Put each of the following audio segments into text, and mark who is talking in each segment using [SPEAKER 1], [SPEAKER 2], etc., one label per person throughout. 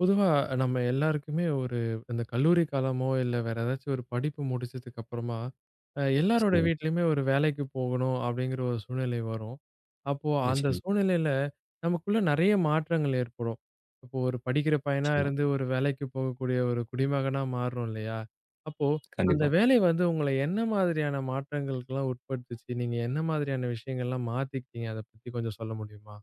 [SPEAKER 1] பொதுவா நம்ம எல்லாருக்குமே ஒரு இந்த கல்லூரி காலமோ, இல்ல வேற ஏதாச்சும் ஒரு படிப்பு முடிச்சதுக்கு அப்புறமா, எல்லாரோட
[SPEAKER 2] நிச்சயமா,
[SPEAKER 1] வீட்லயுமே ஒரு வேலைக்கு போகணும் அப்படிங்கிற ஒரு சூழ்நிலை வரும். அப்போ அந்த
[SPEAKER 2] நிச்சயமா,
[SPEAKER 1] சூழ்நிலையில நமக்குள்ள நெறைய மாற்றங்கள் ஏற்படும். இப்போ ஒரு படிக்கிற பையனா
[SPEAKER 2] நிச்சயமா.
[SPEAKER 1] இருந்து ஒரு வேலைக்கு போகக்கூடிய ஒரு குடிமகனா மாறுறோம் இல்லையா? அப்போ அந்த
[SPEAKER 2] கண்டிப்பா.
[SPEAKER 1] வேலை வந்து உங்கள என்ன மாதிரியான மாற்றங்களுக்குலாம் உட்படுத்துச்சு? நீங்க என்ன மாதிரியான விஷயங்கள்லாம் மாத்திக்கிட்டீங்க? அத பத்தி கொஞ்சம் சொல்ல முடியுமா?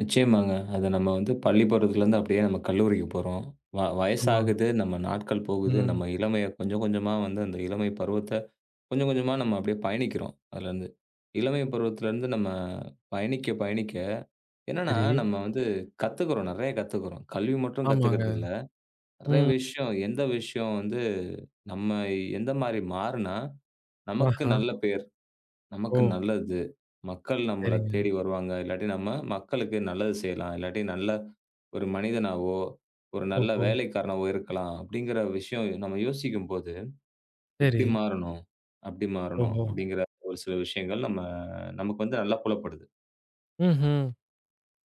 [SPEAKER 2] நிச்சயமாங்க. அத நம்ம வந்து பள்ளி பருவத்திலருந்து அப்படியே நம்ம கல்லூரிக்கு போறோம்.
[SPEAKER 1] ஆமா.
[SPEAKER 2] வயசாகுது, நம்ம நாட்கள் போகுது,
[SPEAKER 1] ம்.
[SPEAKER 2] நம்ம இளமைய கொஞ்சம் கொஞ்சமா வந்து அந்த இளமை பருவத்த கொஞ்சம் கொஞ்சமா நம்ம அப்படியே பயணிக்கிறோம் அதுலருந்து. இளமை பருவத்திலருந்து நம்ம பயணிக்க, பயணிக்க என்னன்னா
[SPEAKER 1] சரி.
[SPEAKER 2] நம்ம வந்து கத்துக்கிறோம், நெறைய கத்துக்கிறோம். கல்வி மட்டும் கத்துக்கிறது
[SPEAKER 1] ஆமாங்க.
[SPEAKER 2] இல்ல. நெறைய
[SPEAKER 1] ம்.
[SPEAKER 2] விஷயம், எந்த விஷயம் வந்து நம்ம எந்த மாரி மாறுனா நமக்கு
[SPEAKER 1] ஆஹா.
[SPEAKER 2] நல்ல பேர், நமக்கு
[SPEAKER 1] ஓ!
[SPEAKER 2] நல்லது. மக்கள் நம்மள
[SPEAKER 1] சரிங்க.
[SPEAKER 2] தேடி வருவாங்க. இல்லாட்டி நம்ம மக்களுக்கு நல்லது செய்யலாம். இல்லாட்டி நல்ல ஒரு மனிதனாவோ, ஒரு நல்ல
[SPEAKER 1] ஓஹோ!
[SPEAKER 2] வேலைக்காரனாவோ இருக்கலாம். அப்படிங்கிற விஷயம் நம்ம யோசிக்கும்போது,
[SPEAKER 1] சரி.
[SPEAKER 2] எப்படி மாறணும்? அப்படி மாறணும்.
[SPEAKER 1] ஓஹோ!
[SPEAKER 2] அப்படிங்கிற ஒரு சில விஷயங்கள் நம்ம நமக்கு வந்து நல்லா புலப்படுது.
[SPEAKER 1] ம்ஹ்ம்.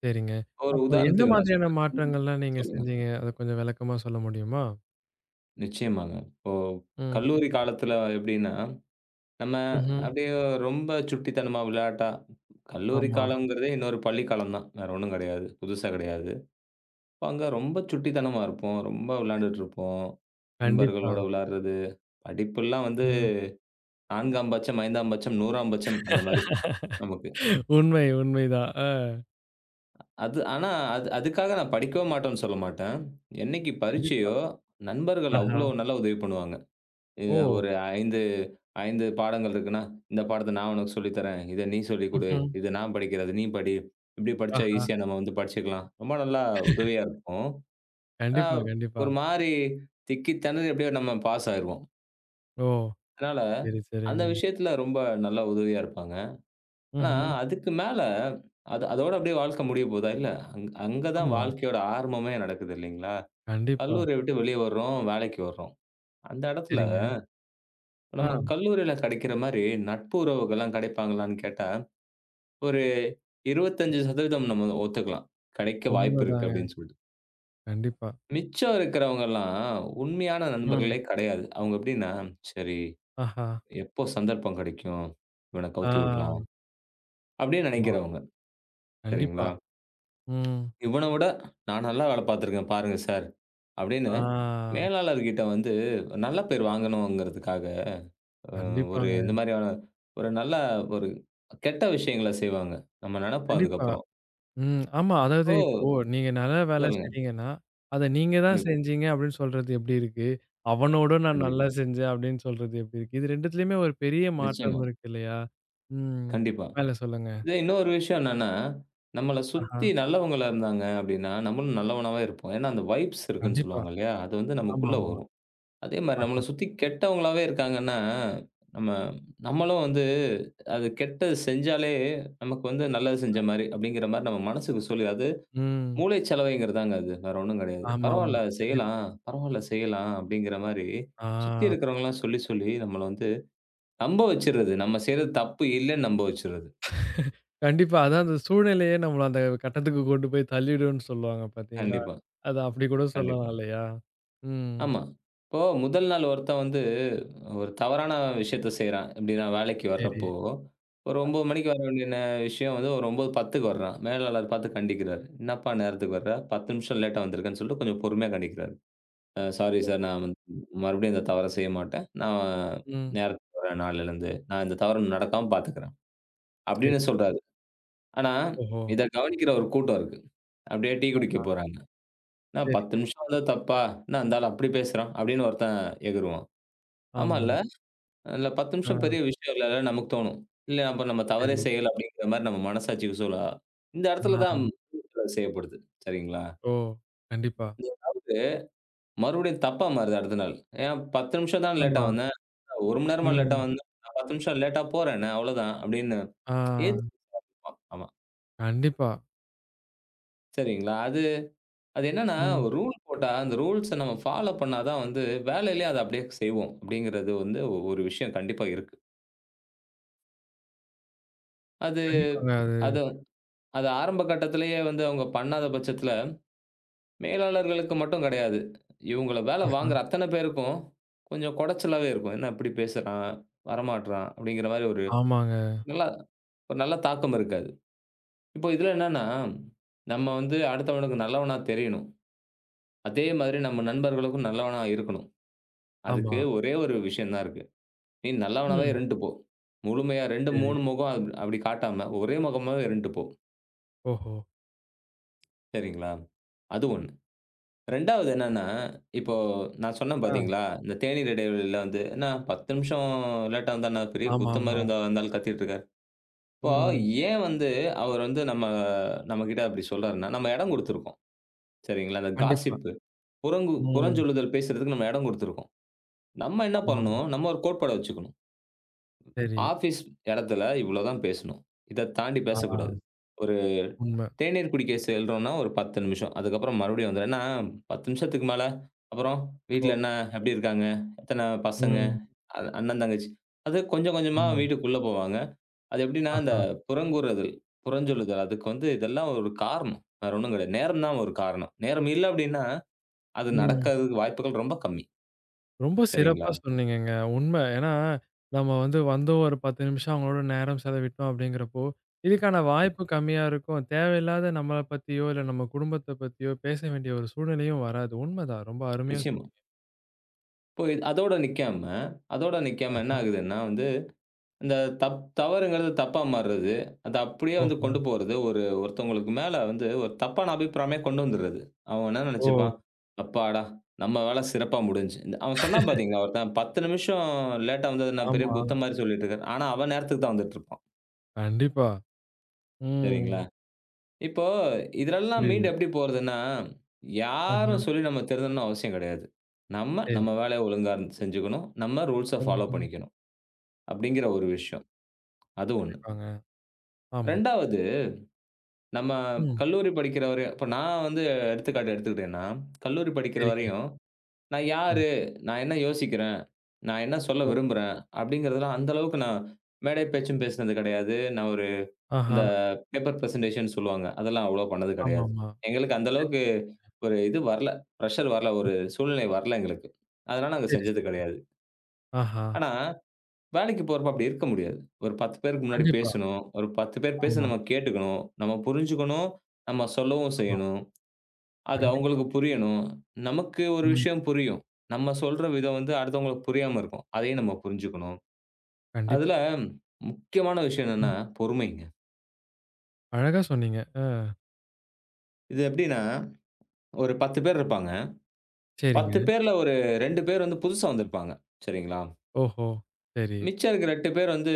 [SPEAKER 1] சரிங்க.
[SPEAKER 2] ஒரு
[SPEAKER 1] அப்போ என்ன
[SPEAKER 2] உதாரணத்துக்கு நான்
[SPEAKER 1] மாதிரியான
[SPEAKER 2] சொல்றேன்.
[SPEAKER 1] மாற்றங்கள்லாம் நீங்க
[SPEAKER 2] சொல்லுங்க.
[SPEAKER 1] செஞ்சீங்க? அத கொஞ்சம் விளக்கமா சொல்ல முடியுமா?
[SPEAKER 2] நிச்சயமாங்க. இப்போ
[SPEAKER 1] ம்.
[SPEAKER 2] கல்லூரி காலத்துல எப்படின்னா, நம்ம
[SPEAKER 1] ம்ஹ்ம்.
[SPEAKER 2] அப்படியே ரொம்ப சுட்டித்தனமா விளையாட்டா கல்லூரி
[SPEAKER 1] ஆமா.
[SPEAKER 2] காலம்ங்கிறதே இன்னொரு பள்ளி காலம் தான். வேற ஒண்ணும் கிடையாது. புதுசா கிடையாது. அங்க ரொம்ப சுட்டித்தனமா இருப்போம். ரொம்ப விளையாண்டுட்டு இருப்போம்.
[SPEAKER 1] கண்டிப்பா.
[SPEAKER 2] நண்பர்களோட விளையாடுறது, படிப்பெல்லாம் வந்து
[SPEAKER 1] ம்.
[SPEAKER 2] 4ஆம் பட்சம், 5ஆம் பட்சம், 100ஆம் பட்சம் அந்த மாரி நமக்கு.
[SPEAKER 1] உண்மை, உண்மைதான்.
[SPEAKER 2] அது ஆனா அது அதுக்காக நான் படிக்கவே மாட்டோம்ன்னு சொல்ல மாட்டேன். என்னைக்கு
[SPEAKER 1] கண்டிப்பா.
[SPEAKER 2] பரீட்சையோ, நண்பர்கள்
[SPEAKER 1] ஆஹா.
[SPEAKER 2] அவ்ளோ நல்லா உதவி பண்ணுவாங்க. எ
[SPEAKER 1] ஓ!
[SPEAKER 2] ஒரு 5, 5 பாடங்கள் இருக்குன்னா, இந்த பாடத்த நான் உனக்கு சொல்லித் தரேன். இத நீ சொல்லிக் குடு.
[SPEAKER 1] ம்ஹ்ம்.
[SPEAKER 2] இத நான் படிக்கிறேன். அத நீ படி. இப்படி படிச்சா
[SPEAKER 1] ஆஹா.
[SPEAKER 2] ஈஸியா நம்ம வந்து படிச்சுக்கலாம். ரொம்ப நல்லா உதவியா இருக்கும். அ
[SPEAKER 1] கண்டிப்பா, கண்டிப்பா.
[SPEAKER 2] ஒரு மாரி திக்கி திணறி அப்படியே நம்ம பாஸ் ஆயிருவோம்.
[SPEAKER 1] ஓ!
[SPEAKER 2] அதனால,
[SPEAKER 1] சரி, சரிங்க.
[SPEAKER 2] அந்த விஷயத்துல ரொம்ப நல்லா உதவியா இருப்பாங்க. ஆனா,
[SPEAKER 1] ம்ஹ்ம்.
[SPEAKER 2] அதுக்கு மேல அது அதோட அப்படியே வாழ்க்கை முடிய போதா? இல்ல. அங்க தான்
[SPEAKER 1] ஆமா.
[SPEAKER 2] வாழ்க்கையோட ஆரம்பமே நடக்குது இல்லைங்களா?
[SPEAKER 1] கண்டிப்பா.
[SPEAKER 2] கல்லூரிய விட்டு வெளிய வர்றோம், வேலைக்கு வர்றோம். அந்த இடத்துல
[SPEAKER 1] சரிங்க. ஆ.
[SPEAKER 2] நம்ம கல்லூரியில கிடைக்கிற மாரி நட்பு உறவுகள்லாம் கிடைப்பாங்களான்னு கேட்டா, ஒரு 25% நம்ம ஒத்துக்கலாம். கிடைக்க வாய்ப்பு இருக்கு
[SPEAKER 1] உண்மதாங்க.
[SPEAKER 2] அப்படின்னு சொல்லிட்டு.
[SPEAKER 1] கண்டிப்பா.
[SPEAKER 2] மிச்சம் இருக்கிறவங்கலாம் உண்மையான
[SPEAKER 1] ம்.
[SPEAKER 2] நண்பர்களே கிடையாது. அவங்க எப்படின்னா, சரி
[SPEAKER 1] ஆஹா.
[SPEAKER 2] எப்போ சந்தர்ப்பம் கிடைக்கும்? இவன
[SPEAKER 1] ஆ.
[SPEAKER 2] கவுத்தி விடலாம் அப்படின்னு
[SPEAKER 1] ஆமா.
[SPEAKER 2] நினைக்கிறவங்க.
[SPEAKER 1] கண்டிப்பா.
[SPEAKER 2] சரிங்களா?
[SPEAKER 1] ம்.
[SPEAKER 2] இவன விட நான் நல்லா வேலை பார்த்துருக்கேன் பாருங்க சார். அப்படின்னு
[SPEAKER 1] ஆ.
[SPEAKER 2] மேலாளர்கிட்ட வந்து நல்ல பேர் வாங்கணுங்கிறதுக்காக, அ ஒரு
[SPEAKER 1] கண்டிப்பாங்க.
[SPEAKER 2] இந்த மாதிரியான ஒரு நல்ல ஒரு கெட்ட விஷயங்கள செய்வாங்க. நம்ம நினைப்போம்
[SPEAKER 1] கண்டிப்பா.
[SPEAKER 2] அதுக்கப்புறம்.
[SPEAKER 1] ம். ஆமா. அதாவது இப்போ
[SPEAKER 2] ஓ!
[SPEAKER 1] நீங்க நல்ல வேலை
[SPEAKER 2] சொல்லுங்க.
[SPEAKER 1] செய்றீங்கன்னா, அத நீங்க தான்
[SPEAKER 2] கண்டிப்பா,
[SPEAKER 1] செஞ்சீங்க அப்படின்னு சொல்றது எப்படி இருக்கு? அவனோட நான் நல்லா
[SPEAKER 2] கண்டிப்பா.
[SPEAKER 1] செஞ்சேன் அப்படின்னு சொல்றது எப்படி இருக்கு? இது 2த்துலயுமே ஒரு பெரிய மாற்றம்
[SPEAKER 2] நிச்சயமா.
[SPEAKER 1] இருக்கு இல்லையா? ம்.
[SPEAKER 2] கண்டிப்பா.
[SPEAKER 1] மேல சொல்லுங்க.
[SPEAKER 2] இதே இன்னொரு விஷயம் என்னன்னா, நம்மள
[SPEAKER 1] ஆஹா.
[SPEAKER 2] சுத்தி நல்லவங்களா இருந்தாங்க அப்படின்னா, நம்மளும் நல்லவனாவே இருப்போம். ஏன்னா அந்த வைப்ஸ் இருக்குன்னு
[SPEAKER 1] கண்டிப்பா.
[SPEAKER 2] சொல்லுவாங்க இல்லையா? அது வந்து நமக்குள்ள
[SPEAKER 1] ஆமாமா.
[SPEAKER 2] வரும். அதே மாரி நம்மள
[SPEAKER 1] ஆ.
[SPEAKER 2] சுத்தி கெட்டவங்களாவே இருக்காங்கன்னா, நம்ம நம்மளும் வந்து அது கெட்டது செஞ்சாலே, நமக்கு வந்து நல்லது செஞ்ச மாரி, அப்படிங்கிற மாரி நம்ம மனசுக்கு சொல்லி அது
[SPEAKER 1] ம்.
[SPEAKER 2] மூளை சலவைங்கிறதாங்க அது. வேற ஒண்ணும் கெடையாது.
[SPEAKER 1] ஆமாமா.
[SPEAKER 2] பரவால்ல
[SPEAKER 1] கண்டிப்பா.
[SPEAKER 2] செய்யலாம், பரவால்ல செய்யலாம் அப்படிங்கிற மாரி, சுத்தி
[SPEAKER 1] ஆ.
[SPEAKER 2] இருக்கிறவங்கலாம் சொல்லி, சொல்லி நம்மள வந்து நம்ப வச்சுறது. நம்ம செய்றது தப்பு இல்லன்னு நம்ப வச்சுறது.
[SPEAKER 1] கண்டிப்பா. அதான் அந்த சூழ்நிலையே நம்மள அந்த கட்டத்துக்கு கொண்டு போய் தள்ளிடும்ன்னு சொல்லுவாங்க பார்த்தீங்களா?
[SPEAKER 2] கண்டிப்பா,
[SPEAKER 1] அத அப்படி கூட சொல்லலாம்
[SPEAKER 2] கண்டிப்பா.
[SPEAKER 1] இல்லையா? ம்.
[SPEAKER 2] ஆமா. இப்போ முதல் நாள் ஒருத்தன் வந்து ஒரு தவறான விஷயத்த செய்றான். எப்படின்னா வேலைக்கு
[SPEAKER 1] சரி.
[SPEAKER 2] வர்றப்போ, ஒரு 9 மணிக்கு வர வேண்டிய விஷயம் வந்து ஒரு 9:10க்கு வர்றான். மேலாளர் பார்த்து கண்டிக்கிறாரு. "என்னப்பா நேரத்துக்கு வர்ற? 10 நிமிஷம் லேட்டா வந்திருக்கேன்னு" சொல்லிட்டு கொஞ்சம் பொறுமையா கண்டிக்கிறாரு. சாரி
[SPEAKER 1] ஓஹோ!
[SPEAKER 2] சார், நான் வந்து மறுபடியும் இந்த தவற செய்ய மாட்டேன். நான்
[SPEAKER 1] ம்.
[SPEAKER 2] நேரத்துக்கு வர்றேன் நாளைலருந்து. நான் இந்த தவறு நடக்காம பார்த்துக்கிறேன்"
[SPEAKER 1] சரி.
[SPEAKER 2] அப்படின்னு சொல்றாரு. ஆனா,
[SPEAKER 1] ஓஹோ!
[SPEAKER 2] இத கவனிக்கிற ஒரு கூட்டம் இருக்கு. அப்படியே டீ குடிக்க
[SPEAKER 1] ஆ.
[SPEAKER 2] போறாங்க. "என்ன
[SPEAKER 1] சரி.
[SPEAKER 2] 10 நிமிஷம் வந்தது தப்பா? என்ன அந்த ஆளு அப்படி பேசுறான்?" அப்படின்னு ஒருத்தன் எகுறுவான். ஆமால்ல.
[SPEAKER 1] ஆமா.
[SPEAKER 2] அதில 10
[SPEAKER 1] ஆ
[SPEAKER 2] நிமிஷம் பெரிய விஷயம் இல்லல்ல நமக்கு தோணும். இல்ல அப்ப நம்ம தவறே
[SPEAKER 1] சரி.
[SPEAKER 2] செய்யல அப்படிங்கிற மாரி நம்ம மனசாட்சிக்கு சொல்ல இந்த இடத்துல
[SPEAKER 1] ஆ.
[SPEAKER 2] தான் செய்யப்படுது. சரிங்களா?
[SPEAKER 1] ஓ! கண்டிப்பா.
[SPEAKER 2] மறுபடியும் தப்பா மாறுது அடுத்த நாள். ஏன் 10 நிமிஷம் தான் லேட்டா
[SPEAKER 1] ஆமா.
[SPEAKER 2] வந்தேன். 1 மணி நேரமா லேட்டா
[SPEAKER 1] ம்.
[SPEAKER 2] வந்தேன். நான் 10 நிமிஷம் லேட்டா போறேனே அவ்வளோதான் அப்படின்னு
[SPEAKER 1] ஆ.
[SPEAKER 2] ஏத்துக்குவான் அவன்.
[SPEAKER 1] கண்டிப்பா.
[SPEAKER 2] சரிங்களா? அது அது என்னன்னா
[SPEAKER 1] ம்.
[SPEAKER 2] ஒரு ரூல் போட்டா அந்த ரூல்ஸ நம்ம ஃபாலோ பண்ணா தான் வந்து வேலையிலேயே அத அப்படியே செய்வோம். அப்படிங்கிறது வந்து ஒரு விஷயம் கண்டிப்பா இருக்கு. அது
[SPEAKER 1] கண்டிப்பாங்க அது.
[SPEAKER 2] அது அது ஆரம்ப கட்டத்திலேயே வந்து அவங்க பண்ணாத பட்சத்தில மேலாளர்களுக்கு மட்டும் கிடையாது. இவங்கள வேலை
[SPEAKER 1] ஆஹா.
[SPEAKER 2] வாங்குற அத்தன பேருக்கும், கொஞ்சம் கொடச்சலாவே இருக்கும். என்ன இப்படி பேசுறான், வரமாட்றான் அப்படிங்கிற மாரி ஒரு
[SPEAKER 1] ஆமாங்க.
[SPEAKER 2] நல்லா ஒரு நல்ல தாக்கம் இருக்காது. இப்போ இதுல என்னன்னா, நம்ம வந்து அடுத்தவனுக்கு நல்லவனா தெரியணும். அதே மாதிரி நம்ம நண்பர்களுக்கும் நல்லவனா இருக்கணும்.
[SPEAKER 1] ஆமா.
[SPEAKER 2] அதுக்கு ஒரே ஒரு விஷயம் தான் இருக்கு. நீ நல்லவனாவே
[SPEAKER 1] ம்.
[SPEAKER 2] இருந்துட்டு போ. முழுமையா 2,
[SPEAKER 1] சரி.
[SPEAKER 2] 3 முகம் அப்படி காட்டாம, ஒரே முகமாவே இருந்துட்டு போ.
[SPEAKER 1] ஓஹோ!
[SPEAKER 2] சரிங்களா? அது ஒண்ணு. 2வது என்னன்னா, இப்போ நான் சொன்னேன்
[SPEAKER 1] ஆ.
[SPEAKER 2] பார்த்தீங்களா, இந்த தேநீர் இடைவெளியில வந்து "என்ன 10 நிமிஷம் லேட்டா வந்தா என்ன பெரிய குத்தம் மாரி
[SPEAKER 1] ஆமாமா.
[SPEAKER 2] வந்தா வந்தாலும் கத்திட்டு இருக்காரு." இப்போ
[SPEAKER 1] ம்.
[SPEAKER 2] ஏன் வந்து அவர் வந்து நம்ம நம்மகிட்ட அப்படி சொல்றாருன்னா, நம்ம இடம் குடுத்துருக்கோம். சரிங்களா? அந்த
[SPEAKER 1] கண்டிப்பா.
[SPEAKER 2] காசிப்பு
[SPEAKER 1] ம்.
[SPEAKER 2] புறஞ்சொல்லுதல் பேசுறதுக்கு நம்ம இடம் குடுத்துருக்கோம். நம்ம என்ன
[SPEAKER 1] ஆமாமா.
[SPEAKER 2] பண்ணணும், நம்ம ஒரு கோட்பாட வச்சுக்கணும்.
[SPEAKER 1] சரி.
[SPEAKER 2] ஆஃபீஸ் இடத்துல இவ்வளோ தான் பேசணும். இத தாண்டி
[SPEAKER 1] ஆ.
[SPEAKER 2] பேசக்கூடாது. ஒரு
[SPEAKER 1] உண்ம.
[SPEAKER 2] தேநீர் குடிக்க செல்றோம்ன்னா ஒரு 10 நிமிஷம். அதுக்கப்புறம் மறுபடியும் வந்துரும். ஏன்னா 10 நிமிஷத்துக்கு மேல, அப்புறம் வீட்ல
[SPEAKER 1] ஓ!
[SPEAKER 2] என்ன எப்படி இருக்காங்க? எத்தன பசங்க?
[SPEAKER 1] ம்.
[SPEAKER 2] அண்ணன், தங்கச்சி. அது கொஞ்சம் கொஞ்சமா
[SPEAKER 1] ஆமா.
[SPEAKER 2] வீட்டுக்குள்ள போவாங்க. அது எப்படின்னா, அந்த
[SPEAKER 1] ஆஹா.
[SPEAKER 2] புறங்கூறுதல், புறஞ்சொல்லுதல் அதுக்கு வந்து இதெல்லாம் ஒரு காரணம். வேற ஒண்ணும் கிடையாது. நேரம் தான் ஒரு காரணம். நேரம் இல்ல அப்படின்னா, அது
[SPEAKER 1] ம்.
[SPEAKER 2] நடக்கிறதுக்கு வாய்ப்புகள் ரொம்ப கம்மி.
[SPEAKER 1] ரொம்ப சிறப்பா
[SPEAKER 2] சரிங்களா?
[SPEAKER 1] சொன்னீங்கங்க. உண்ம. ஏன்னா, நம்ம வந்தோம் ஒரு 10 நிமிஷம் அவங்களோட நேரம் செலவிட்டோம் அப்படிங்கிறப்போ, இதுக்கான வாய்ப்பு கம்மியா இருக்கும். தேவையில்லாத நம்மள பத்தியோ, இல்ல நம்ம குடும்பத்த பத்தியோ பேச வேண்டிய ஒரு சூழ்நிலையும் வராது. உண்மதான். ரொம்ப அருமையா சொன்னீங்க.
[SPEAKER 2] நிச்சயமா. இப்போ அதோட நிக்காம என்ன ஆகுதுன்னா வந்து அந்த தவறுங்கிறது தப்பா மாறுறது. அத அப்படியே வந்து
[SPEAKER 1] ஓஹோ!
[SPEAKER 2] கொண்டு போறது. ஒருத்தவங்களுக்கு மேல வந்து ஒரு தப்பான அபிப்பிராயமே கொண்டு வந்துர்றது. அவன் என்ன
[SPEAKER 1] ஓ!
[SPEAKER 2] நெனச்சுப்பான், "அப்பாடா! நம்ம வேல சிறப்பா முடிஞ்சுச்சு." இந்த அவன் சொன்னான் பாத்தீங்களா ஒருத்தன் 10 நிமிஷம் லேட்டா வந்தது நான் பெரிய
[SPEAKER 1] ஆமா.
[SPEAKER 2] குத்தம் மாரி சொல்லிட்டு இருக்கேன். ஆனா அவன் நேரத்துக்கு தான் வந்துட்டுருப்பான்.
[SPEAKER 1] கண்டிப்பா. ம்.
[SPEAKER 2] சரிங்களா? இப்போ இதுலலாம் மீண்டு
[SPEAKER 1] புரியுது.
[SPEAKER 2] எப்படி போறதுன்னா,
[SPEAKER 1] ஆஹ.
[SPEAKER 2] யாரும் சொல்லி நம்ம திருந்தணும்னு அவசியம் கெடையாது. நம்ம நம்ம
[SPEAKER 1] சரி.
[SPEAKER 2] வேலைய ஒழுங்கா இருந்து செஞ்சுக்கணும். நம்ம ரூல்ஸ
[SPEAKER 1] ம்,
[SPEAKER 2] ஃபாலோ
[SPEAKER 1] ம்.
[SPEAKER 2] பண்ணிக்கணும். அப்படிங்கிற
[SPEAKER 1] ஓ!
[SPEAKER 2] ஒரு விஷயம். அது 1.
[SPEAKER 1] கண்டிப்பாங்க. ஆமா.
[SPEAKER 2] 2வது நம்ம
[SPEAKER 1] ம்.
[SPEAKER 2] கல்லூரி படிக்கிற வரையும் இப்ப நான் வந்து எடுத்துக்காட்டு எடுத்துக்கிட்டேன்னா, கல்லூரி படிக்கிற
[SPEAKER 1] சரிங்க.
[SPEAKER 2] வரையும், நான்
[SPEAKER 1] ஆ.
[SPEAKER 2] யாரு? நான் என்ன யோசிக்கிறேன்? நான் என்ன சொல்ல
[SPEAKER 1] ஓ!
[SPEAKER 2] விரும்புறேன்? அப்படிங்கிறதெல்லாம் அந்த அளவுக்கு நான் மேடை பேச்சும் பேசினது கிடையாது. நான் ஒரு
[SPEAKER 1] ஆஹா.
[SPEAKER 2] அந்த பேப்பர் பிரசன்டேஷன் சொல்லுவாங்க. அதெல்லாம் அவ்வளோ பண்ணது கிடையாது.
[SPEAKER 1] ஆமாமா.
[SPEAKER 2] எங்களுக்கு அந்த
[SPEAKER 1] சரி,
[SPEAKER 2] அளவுக்கு
[SPEAKER 1] சரி.
[SPEAKER 2] ஒரு இது வரல. பிரஷர் வரல.
[SPEAKER 1] ம்.
[SPEAKER 2] ஒரு சூழ்நிலை வரல எங்களுக்கு. அதனால நாங்க
[SPEAKER 1] சரி,
[SPEAKER 2] செஞ்சது
[SPEAKER 1] சரி.
[SPEAKER 2] கிடையாது.
[SPEAKER 1] ஆஹா.
[SPEAKER 2] ஆனா, வேலைக்கு போறப்ப அப்படி இருக்க முடியாது. ஒரு 10 பேருக்கு முன்னாடி
[SPEAKER 1] கண்டிப்பா.
[SPEAKER 2] பேசணும். ஒரு 10 பேர் பேச
[SPEAKER 1] ஆமா,
[SPEAKER 2] நம்ம கேட்டுக்கணும். நம்ம புரிஞ்சுக்கணும். நம்ம சொல்லவும்
[SPEAKER 1] ஆமா.
[SPEAKER 2] செய்யணும். அது
[SPEAKER 1] கண்டிப்பா.
[SPEAKER 2] அவங்களுக்கு புரியணும். நமக்கு ஒரு
[SPEAKER 1] ம்.
[SPEAKER 2] விஷயம் புரியும். நம்ம சொல்ற விதம் வந்து அடுத்தவங்களுக்கு புரியாம இருக்கும். அதையும் நம்ம புரிஞ்சுக்கணும்.
[SPEAKER 1] கண்டிப்பா.
[SPEAKER 2] அதுல முக்கியமான விஷயம்
[SPEAKER 1] ம்.
[SPEAKER 2] என்னன்னா, பொறுமைங்க.
[SPEAKER 1] அழகா சொன்னீங்க. ஆ.
[SPEAKER 2] இது எப்படின்னா, ஒரு 10 பேர் இருப்பாங்க.
[SPEAKER 1] சரிங்க.
[SPEAKER 2] 10 பேர்ல ஒரு 2 பேர் வந்து புதுசா வந்திருப்பாங்க. சரிங்களா?
[SPEAKER 1] ஓஹோ! சரி.
[SPEAKER 2] மிச்சம் இருக்கிற 8 பேர் வந்து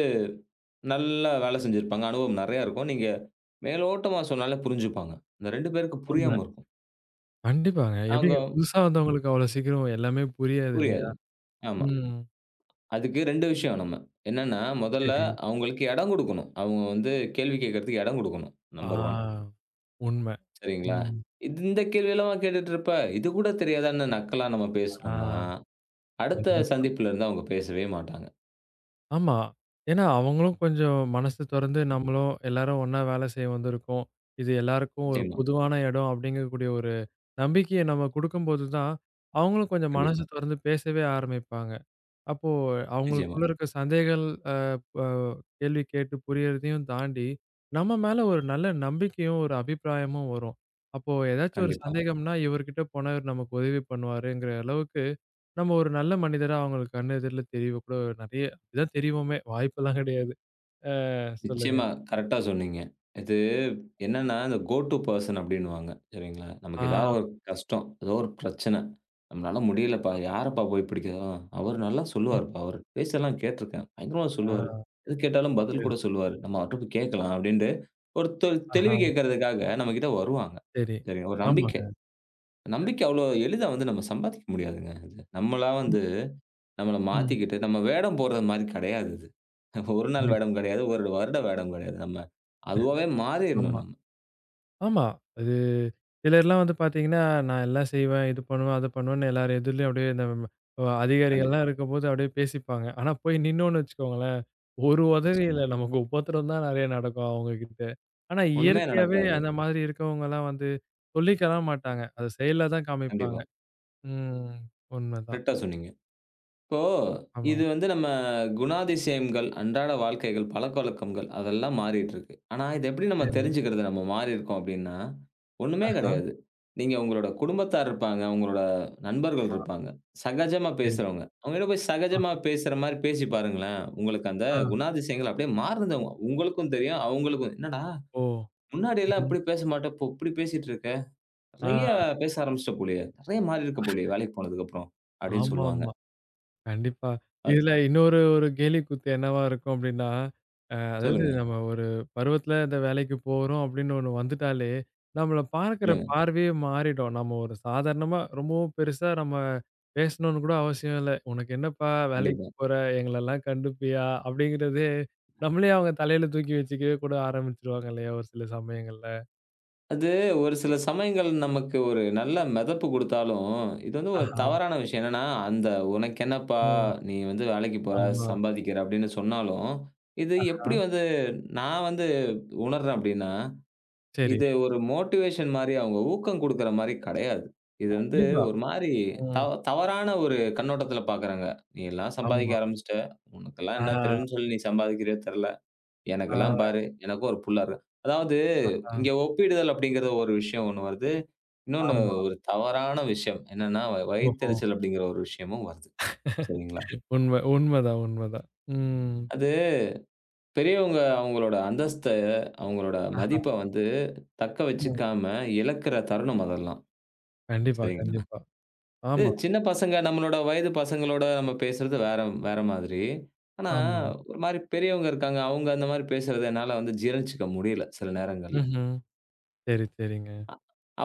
[SPEAKER 2] நல்லா வேலை செஞ்சிருப்பாங்க. அனுபவம் நெறையா இருக்கும். நீங்க மேலோட்டமா சொன்னாலே புரிஞ்சுப்பாங்க. இந்த 2 பேருக்கு
[SPEAKER 1] உண்ம.
[SPEAKER 2] புரியாம இருக்கும்.
[SPEAKER 1] கண்டிப்பாங்க.
[SPEAKER 2] அவங்க
[SPEAKER 1] எப்படிங்க புதுசா வந்தவங்களுக்கு அவ்வளோ சீக்கிரம் எல்லாமே புரியாது இல்லையா?
[SPEAKER 2] புரியாது. ஆமா.
[SPEAKER 1] ம்.
[SPEAKER 2] அதுக்கு 2 விஷயம் நம்ம. என்னன்னா, முதல்ல
[SPEAKER 1] சரி.
[SPEAKER 2] அவங்களுக்கு இடம் குடுக்கணும். அவங்க வந்து கேள்வி கேட்கறதுக்கு இடம் குடுக்கணும். நம்பர் 1.
[SPEAKER 1] ஆ. உண்ம.
[SPEAKER 2] சரிங்களா?
[SPEAKER 1] ம்.
[SPEAKER 2] இது இந்த கேள்வியெல்லாம் கேட்டுட்டு இருப்ப, இது கூட தெரியாதான்னு நக்கலா நம்ம பேசினோம்னா,
[SPEAKER 1] ஆ.
[SPEAKER 2] அடுத்த
[SPEAKER 1] கண்டிப்பா.
[SPEAKER 2] சந்திப்புல இருந்து அவங்க பேசவே மாட்டாங்க.
[SPEAKER 1] ஆமா. ஏன்னா அவங்களும் கொஞ்சம் மனசு தொறந்து நம்மளும் எல்லாரும் ஒண்ணா வேலை செய்ய வந்திருக்கோம். இது எல்லாருக்கும் ஒரு
[SPEAKER 2] நிச்சயமா.
[SPEAKER 1] பொதுவான இடம் அப்படிங்கக்கூடிய ஒரு நம்பிக்கைய நம்ம குடுக்கும்போது தான், அவங்களும் கொஞ்சம் மனசு
[SPEAKER 2] கண்டிப்பா.
[SPEAKER 1] தொறந்து பேசவே ஆரம்பிப்பாங்க. அப்போ
[SPEAKER 2] நிச்சயமா.
[SPEAKER 1] அவங்களுக்குள்ள இருக்க சந்தேகங்கள் அ ப கேள்வி கேட்டு புரியறதையும் தாண்டி, நம்ம மேல ஒரு நல்ல நம்பிக்கையும், ஒரு அபிப்பிராயமும் வரும். அப்போ ஏதாச்சும் ஒரு
[SPEAKER 2] கண்டிப்பா.
[SPEAKER 1] சந்தேகம்னா, இவர்கிட்ட போனா இவர் நமக்கு உதவி பண்ணுவாருங்கிற அளவுக்கு, நம்ம ஒரு நல்ல மனிதரா அவங்களுக்கு கண் எதிர்ல தெரியவு கூட நெறைய இப்படிதான் தெரிவோமே! வாய்ப்பெல்லாம் கிடையாது. அ சொல்லுங்க.
[SPEAKER 2] நிச்சயமா. கரெக்ட்டா சொன்னீங்க. இது என்னன்னா, இந்த கோ டூ பெர்சன் அப்டின்னுவாங்க. சரிங்களா? நமக்கு
[SPEAKER 1] ஆ,
[SPEAKER 2] ஏதாவது ஒரு கஷ்டம், ஏதோ ஒரு பிரச்சனை. நம்மளால முடியலப்பா. யாரப்பா போய் பிடிக்கிறதும்? அவரு நல்லா
[SPEAKER 1] ம்,
[SPEAKER 2] சொல்லுவாருப்பா. அவரு பேச்செல்லாம் கேட்டுருக்கேன். பயங்கரமா சொல்லுவாரு.
[SPEAKER 1] ஆ,
[SPEAKER 2] எது கேட்டாலும் பதில்
[SPEAKER 1] சரி.
[SPEAKER 2] கூட சொல்லுவாரு. நம்ம அவர்ட்ட போய் கேட்கலாம் அப்டின்ட்டு ஒரு தெ
[SPEAKER 1] ஆஹா,
[SPEAKER 2] தெளிவு கேட்கறதுக்காக நம்மகிட்ட வருவாங்க.
[SPEAKER 1] சரி.
[SPEAKER 2] சரிங்க. ஒரு நம்பிக்கை.
[SPEAKER 1] ஆமாங்க.
[SPEAKER 2] நம்பிக்கை
[SPEAKER 1] கண்டிப்பா.
[SPEAKER 2] அவ்ளோ எளிதா வந்து நம்ம சம்பாதிக்க முடியாதுங்க. அது நம்மளா வந்து நம்மள
[SPEAKER 1] ம்.
[SPEAKER 2] மாத்திக்கிட்டு, நம்ம வேடம் போடுறது மாரி கிடையாது இது. ஒரு நாள்
[SPEAKER 1] கண்டிப்பா.
[SPEAKER 2] வேடம் கிடையாது, ஒரு வருட வேடம் கிடையாது. நம்ம அதுவாவே
[SPEAKER 1] ஆமா.
[SPEAKER 2] மாறிறணும் நம்ம.
[SPEAKER 1] ஆமா. அது சிலர்லாம் வந்து பார்த்தீங்கன்னா, நான் எல்லாம் செய்வேன், இது பண்ணுவேன், அது பண்ணுவேன்னு எல்லார் எதிர்லயும் அப்படியே இந்த அதிகாரிகள்லாம்
[SPEAKER 2] கண்டிப்பா.
[SPEAKER 1] இருக்கும்போது அப்படியே பேசிப்பாங்க. ஆனா போய் நின்னோம்னு வச்சுக்கோங்களேன், ஒரு உதவி இல்ல.
[SPEAKER 2] நிச்சயமா.
[SPEAKER 1] நமக்கு உபத்திரம் தான் நெறைய நடக்கும் அவங்ககிட்ட. ஆனா
[SPEAKER 2] ஒண்ணுமே
[SPEAKER 1] இயற்கையாவே
[SPEAKER 2] நடக்காது.
[SPEAKER 1] அந்த மாதிரி இருக்கவங்கலாம் வந்து சொல்லிக்கலாம் மாட்டாங்க. அது செயல்ல தான் காமிப்பாங்க.
[SPEAKER 2] கண்டிப்பா.
[SPEAKER 1] ம். உண்மைதான்.
[SPEAKER 2] கரெக்ட்டா சொன்னீங்க. இப்போ
[SPEAKER 1] ஆமா.
[SPEAKER 2] இது வந்து நம்ம குணாதிசயங்கள், அன்றாட வாழ்க்கைகள், பழக்கவழக்கங்கள் அதெல்லாம் மாறிட்டு இருக்கு. ஆனா, இத எப்படி நம்ம
[SPEAKER 1] சரி.
[SPEAKER 2] தெரிஞ்சுக்கிறது நம்ம மாறியிருக்கோம் அப்படின்னா, ஒண்ணுமே
[SPEAKER 1] ஆஹா.
[SPEAKER 2] கிடையாது. நீங்க உங்களோட குடும்பத்தார் இருப்பாங்க, உங்களோட நண்பர்கள்
[SPEAKER 1] ஆ
[SPEAKER 2] இருப்பாங்க. சகஜமா
[SPEAKER 1] சரி.
[SPEAKER 2] பேசுறவங்க. அவங்ககிட்ட போய் சகஜமா பேசுற மாரி பேசி பாருங்களேன். உங்களுக்கு அந்த
[SPEAKER 1] ஆஹா.
[SPEAKER 2] குணாதிசயங்கள் அப்படியே மாறுதுங்க. உங்களுக்கும் தெரியும், அவங்களுக்கும். "என்னடா
[SPEAKER 1] ஓ!
[SPEAKER 2] முன்னாடிலாம்
[SPEAKER 1] ம்ஹ்ம்.
[SPEAKER 2] இப்படி பேச மாட்ட, இப்போ இப்படி பேசிட்டு இருக்க. நெறைய
[SPEAKER 1] ஆ.
[SPEAKER 2] பேச ஆரம்பிச்சிட்ட போலயே. நெறைய மாறியிருக்க போலயே, வேலைக்கு போனதுக்கு அப்புறம்." அப்படின்னு சொல்லுவாங்க.
[SPEAKER 1] ஆமாமா. கண்டிப்பா.
[SPEAKER 2] அ
[SPEAKER 1] இதுல இன்னொரு ஒரு கேலி கூத்து என்னவா இருக்கும் அப்டின்னா, அதாவது
[SPEAKER 2] சொல்லுங்க,
[SPEAKER 1] நம்ம ஒரு பருவத்துல இந்த வேலைக்கு போறோம் அப்டின்னு ஒண்ணு வந்துட்டாலே, நம்மள பார்க்குற
[SPEAKER 2] சொல்லுங்க.
[SPEAKER 1] பார்வையே மாறிடும். நம்ம ஒரு சாதாரணமா ரொம்பவும் பெருசா நம்ம பேசணும்னு கூட அவசியம் இல்ல. "உனக்கு என்னப்பா வேலைக்கு
[SPEAKER 2] கண்டிப்பா.
[SPEAKER 1] போற? எங்களலாம் கண்டுப்பியா?" அப்டிங்கிறதே நம்மளே அவங்க தலையில தூக்கி வச்சுக்கவே கூட ஆரம்பிச்சுருவாங்க இல்லையா? ஒரு சில சமயங்கள்ல.
[SPEAKER 2] அது ஒரு சில சமயங்கள் நமக்கு ஒரு நல்ல மெதப்பு குடுத்தாலும், இது வந்து ஒரு
[SPEAKER 1] ஆஹா.
[SPEAKER 2] தவறான விஷயம். என்னன்னா, அந்த "உனக்கு என்னப்பா?
[SPEAKER 1] ம்.
[SPEAKER 2] நீ வந்து வேலைக்கு போற,
[SPEAKER 1] ஆமா.
[SPEAKER 2] சம்பாதிக்கிற" அப்படின்னு சொன்னாலும், இது
[SPEAKER 1] ஆ.
[SPEAKER 2] எப்படி வந்து நான் வந்து உணர்றேன் அப்படின்னா,
[SPEAKER 1] சரி.
[SPEAKER 2] இது ஒரு மோட்டிவேஷன் மாரி, அவங்க ஊக்கம் குடுக்குற மாரி கிடையாது. இது வந்து
[SPEAKER 1] கண்டிப்பா.
[SPEAKER 2] ஒரு மாரி
[SPEAKER 1] ம்.
[SPEAKER 2] தவறான ஒரு கண்ணோட்டத்துல பார்க்குறாங்க. "நீ எல்லாம் சம்பாதிக்க
[SPEAKER 1] ஆமா.
[SPEAKER 2] ஆரம்பிச்சுட்ட. உனக்கெல்லாம்
[SPEAKER 1] ஆ,
[SPEAKER 2] என்ன தெரியும்னு சொல்லி நீ சம்பாதிக்கிறியோ தெரில. எனக்கெல்லாம்
[SPEAKER 1] ஆ,
[SPEAKER 2] பாரு, எனக்கும் ஒரு புள்ள இருக்கு." அதாவது
[SPEAKER 1] ஆ.
[SPEAKER 2] இங்க ஒப்பிடுதல் அப்படிங்கிற ஒரு விஷயம் ஒண்ணு வருது. இன்னொன்னு
[SPEAKER 1] ஆமா.
[SPEAKER 2] ஒரு தவறான விஷயம் என்னன்னா,
[SPEAKER 1] ஓஹோ!
[SPEAKER 2] வயித்தெரிச்சல் அப்படிங்கிற ஒரு விஷயமும் வருது. சரிங்களா?
[SPEAKER 1] உண்ம உண்மதான், உண்மதான். ம்.
[SPEAKER 2] அது பெரியவங்க அவங்களோட அந்தஸ்த, அவங்களோட மதிப்ப வந்து தக்க
[SPEAKER 1] ம்.
[SPEAKER 2] வச்சுக்காம இழக்கிற தருணம் அதெல்லாம்.
[SPEAKER 1] கண்டிப்பா,
[SPEAKER 2] சரிங்களா?
[SPEAKER 1] கண்டிப்பா.
[SPEAKER 2] இது
[SPEAKER 1] ஆமா,
[SPEAKER 2] சின்ன பசங்க நம்மளோட வயது பசங்களோட நம்ம பேசுறது வேற வேற மாதிரி. ஆனா,
[SPEAKER 1] ஆமா.
[SPEAKER 2] ஒரு மாரி பெரியவங்க இருக்காங்க. அவங்க அந்த மாரி பேசுறத என்னால வந்து ஜீரணிச்சுக்க முடியல சில நேரங்கள்ல.
[SPEAKER 1] ம்ஹ்ம். சரி, சரிங்க.
[SPEAKER 2] அ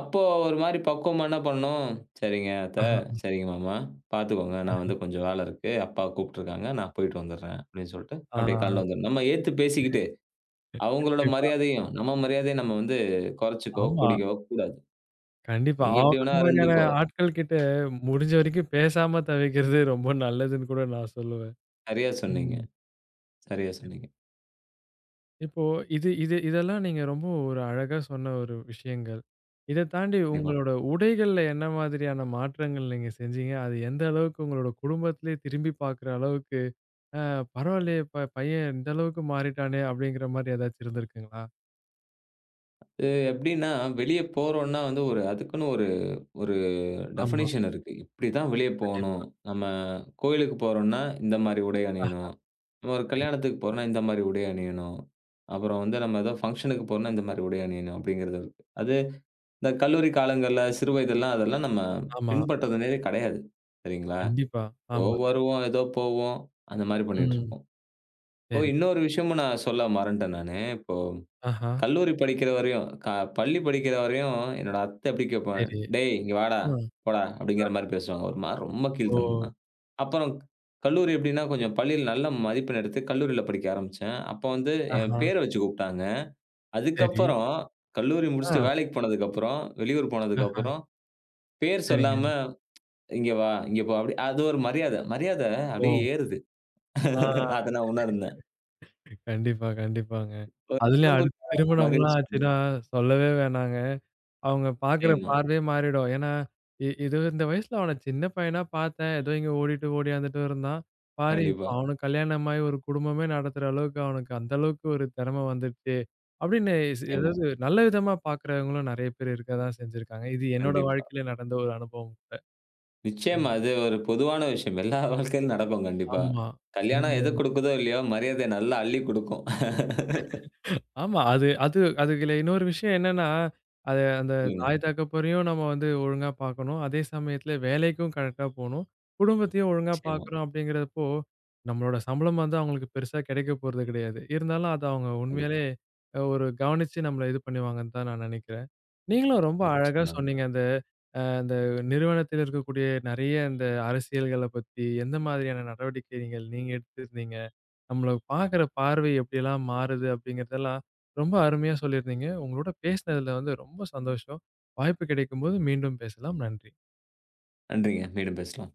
[SPEAKER 2] அப்போ ஒரு மாரி பக்குவமா என்ன பண்ணோம், "சரிங்க அத்த,
[SPEAKER 1] ஆஹா.
[SPEAKER 2] சரிங்க மாமா, பார்த்துக்கோங்க. நான் வந்து கொஞ்சம் வேல இருக்கு. அப்பா கூப்ட்டுருக்காங்க. நான் போயிட்டு வந்துடுறேன்." அப்படின்னு சொல்லிட்டு அப்படியே காலைல
[SPEAKER 1] ஆ
[SPEAKER 2] வந்துரணும். நம்ம ஏத்து பேசிக்கிட்டு, அவங்களோட
[SPEAKER 1] கண்டிப்பா.
[SPEAKER 2] மரியாதையும், நம்ம மரியாதையும் நம்ம வந்து கொறைச்சுக்கோ,
[SPEAKER 1] ஆமா.
[SPEAKER 2] கூடிக்கவோ கூடாது.
[SPEAKER 1] கண்டிப்பா.
[SPEAKER 2] நீ எப்படி
[SPEAKER 1] அந்த
[SPEAKER 2] வேணா
[SPEAKER 1] மாதிரியான
[SPEAKER 2] இருந்துக்கோ.
[SPEAKER 1] ஆட்கள் கிட்ட முடிஞ்ச வரைக்கும் பேசாம தவிர்க்கிறது ரொம்ப நல்லதுன்னு கூட நான் சொல்லுவேன்.
[SPEAKER 2] சரியா சொன்னீங்க,
[SPEAKER 1] ம்.
[SPEAKER 2] சரியா சொன்னீங்க.
[SPEAKER 1] இப்போ இது இது இதெல்லாம் நீங்க ரொம்ப ஒரு அழகா சொன்ன ஒரு விஷயங்கள். இத தாண்டி
[SPEAKER 2] கண்டிப்பா.
[SPEAKER 1] உங்களோட உடைகள்ல என்ன மாதிரியான மாற்றங்கள் நீங்க செஞ்சீங்க? அது எந்த அளவுக்கு உங்களோட குடும்பத்திலேயே திரும்பி பார்க்குற அளவுக்கு பரவாயில்லையே! பையன் இந்த அளவுக்கு மாறிட்டானே! அப்படிங்கிற மாரி ஏதாச்சும் இருந்திருக்குங்களா?
[SPEAKER 2] அது எப்படின்னா, வெளிய போறோம்னா வந்து ஒரு அதுக்குன்னு ஒரு ஒரு
[SPEAKER 1] ஆமா.
[SPEAKER 2] டெஃபனிஷன் இருக்கு. இப்படிதான் வெளிய
[SPEAKER 1] கண்டிப்பா.
[SPEAKER 2] போணும். நம்ம கோயிலுக்கு போறோம்னா, இந்த மாரி உடை
[SPEAKER 1] ஆ
[SPEAKER 2] அணியணும். நம்ம ஒரு
[SPEAKER 1] சரி.
[SPEAKER 2] கல்யாணத்துக்கு போறோம்னா, இந்த மாரி உடை அணியணும். அப்புறம் வந்து நம்ம ஏதோ ஃபங்ஷனுக்கு போறோம்னா, இந்த மாரி உடை அணியணும் அப்படிங்கிறது இருக்கு. அது இந்த கல்லூரி காலங்கள்ல, சிறு வயதெல்லாம் அதெல்லாம் நம்ம
[SPEAKER 1] ஆமா.
[SPEAKER 2] பின்பற்றதுனே கிடையாது. சரிங்களா?
[SPEAKER 1] கண்டிப்பா.
[SPEAKER 2] ஏதோ
[SPEAKER 1] ஆமா.
[SPEAKER 2] வருவோம், ஏதோ போவோம். அந்த மாரி பண்ணிட்டு
[SPEAKER 1] ம்.
[SPEAKER 2] இருப்போம். ஓ!
[SPEAKER 1] சரி.
[SPEAKER 2] இன்னொரு விஷயமும் நான் சொல்ல மறந்துட்டேன் நானு.
[SPEAKER 1] ஆஹா.
[SPEAKER 2] கல்லூரி படிக்கிற வரையும், பள்ளி படிக்கிற வரையும் என்னோட அத்தை எப்படி கேட்பேன்,
[SPEAKER 1] சரி.
[SPEAKER 2] "டேய் இங்க வாடா,
[SPEAKER 1] ம்.
[SPEAKER 2] போடா" அப்படிங்கிற
[SPEAKER 1] அ.
[SPEAKER 2] மாரி பேசுவாங்க. ஒரு மாரி ரொம்ப
[SPEAKER 1] ஓ!
[SPEAKER 2] கீழ்த்தனமா. அப்புறம் கல்லூரி எப்படின்னா,
[SPEAKER 1] சரி.
[SPEAKER 2] கொஞ்சம் பள்ளியில நல்ல மதிப்பெண் எடுத்து கல்லூரியில படிக்க ஆரம்பிச்சேன். அப்போ வந்து என்
[SPEAKER 1] ஆஹா.
[SPEAKER 2] பேர வச்சு கூப்பிட்டாங்க.
[SPEAKER 1] சரி.
[SPEAKER 2] அதுக்கப்புறம் கல்லூரி முடிச்சுட்டு
[SPEAKER 1] ஆ.
[SPEAKER 2] வேலைக்கு போனதுக்கப்புறம், வெளியூர்
[SPEAKER 1] ஆஹா.
[SPEAKER 2] போனதுக்கப்புறம், பேர்
[SPEAKER 1] சரிங்க.
[SPEAKER 2] சொல்லாம "இங்க வா, இங்க போ" அப்படி அது ஒரு மரியாதை. மரியாதை
[SPEAKER 1] ஓ!
[SPEAKER 2] அப்படியே ஏறுது.
[SPEAKER 1] ஆ.
[SPEAKER 2] அத நான் உணர்ந்தேன்.
[SPEAKER 1] கண்டிப்பா, கண்டிப்பாங்க.
[SPEAKER 2] ஒரு
[SPEAKER 1] அதுலயும்
[SPEAKER 2] இனம்
[SPEAKER 1] அடுத்து
[SPEAKER 2] புரியாத
[SPEAKER 1] திருமணம்லாம்
[SPEAKER 2] மகிழ்ச்சி.
[SPEAKER 1] ஆச்சுன்னா சொல்லவே வேணாங்க. அவங்க பார்க்குற
[SPEAKER 2] நிச்சயமா.
[SPEAKER 1] பார்வையே மாறிடும். ஏன்னா, இ இது இந்த வயசுல அவன சின்ன பையனா பார்த்தேன். ஏதோ இங்க ஓடிட்டு, ஓடியாந்துட்டு இருந்தான். பாரு இப்ப
[SPEAKER 2] கண்டிப்பா.
[SPEAKER 1] அவனுக்கு கல்யாணமாயி ஒரு குடும்பமே நடத்துற அளவுக்கு அவனுக்கு அந்த அளவுக்கு ஒரு திறமை வந்துருச்சு. அப்படின்னு
[SPEAKER 2] நிச்சயமா.
[SPEAKER 1] அதாவது நல்ல விதமா பார்க்குறவங்களும் நெறைய பேர் இருக்க தான் செஞ்சிருக்காங்க. இது என்னோட
[SPEAKER 2] கண்டிப்பா.
[SPEAKER 1] வாழ்க்கையில நடந்த ஒரு அனுபவம் கூட. ம்.
[SPEAKER 2] நிச்சயமா. அது ஒரு பொதுவான விஷயம். எல்லா வாழ்க்கையிலும் நடக்கும் கண்டிப்பா.
[SPEAKER 1] ஆமா.
[SPEAKER 2] கல்யாணம் எது
[SPEAKER 1] ம்.
[SPEAKER 2] குடுக்குதோ இல்லையோ, மரியாதைய நல்லா அள்ளி குடுக்கும்.
[SPEAKER 1] ஆமா. அது அது அதுல இன்னொரு விஷயம் என்னன்னா, அந்த
[SPEAKER 2] சொல்லுங்க.
[SPEAKER 1] தாய் தகப்பரையும் நம்ம வந்து ஒழுங்கா பார்க்கணும். அதே சமயத்துல வேலைக்கும் கரெக்ட்டா போணும். குடும்பத்தையும் ஒழுங்கா
[SPEAKER 2] நிச்சயமா.
[SPEAKER 1] பார்க்குறோம் அப்படிங்கிறப்போ, நம்மளோட சம்பளம் வந்து அவங்களுக்கு பெருசா கிடைக்க போறது கிடையாது. இருந்தாலும் அத அவங்க
[SPEAKER 2] கண்டிப்பா.
[SPEAKER 1] உண்மையிலேயே ஒரு கவனிச்சு நம்மள இது பண்ணுவாங்கன்னு தான் நான் நினைக்கிறேன். நீங்களும் ரொம்ப அழகா
[SPEAKER 2] நிச்சயமாங்க.
[SPEAKER 1] சொன்னீங்க. அந்த நிறுவனத்தில் இருக்கக்கூடிய நெறைய அந்த அரசியல்கள பத்தி, எந்த மாதிரியான நடவடிக்கைகள் நீங்க எடுத்திருந்தீங்க? நம்மள பார்க்குற பார்வை எப்படியெல்லாம் மாறுது அப்படிங்கிறதெல்லாம் ரொம்ப அருமையா சொல்லியிருந்தீங்க. உங்களோட பேசினதுல வந்து ரொம்ப சந்தோஷம். வாய்ப்பு கிடைக்கும்போது மீண்டும் பேசலாம். நன்றி.
[SPEAKER 2] நன்றிங்க. மீண்டும் பேசலாம்.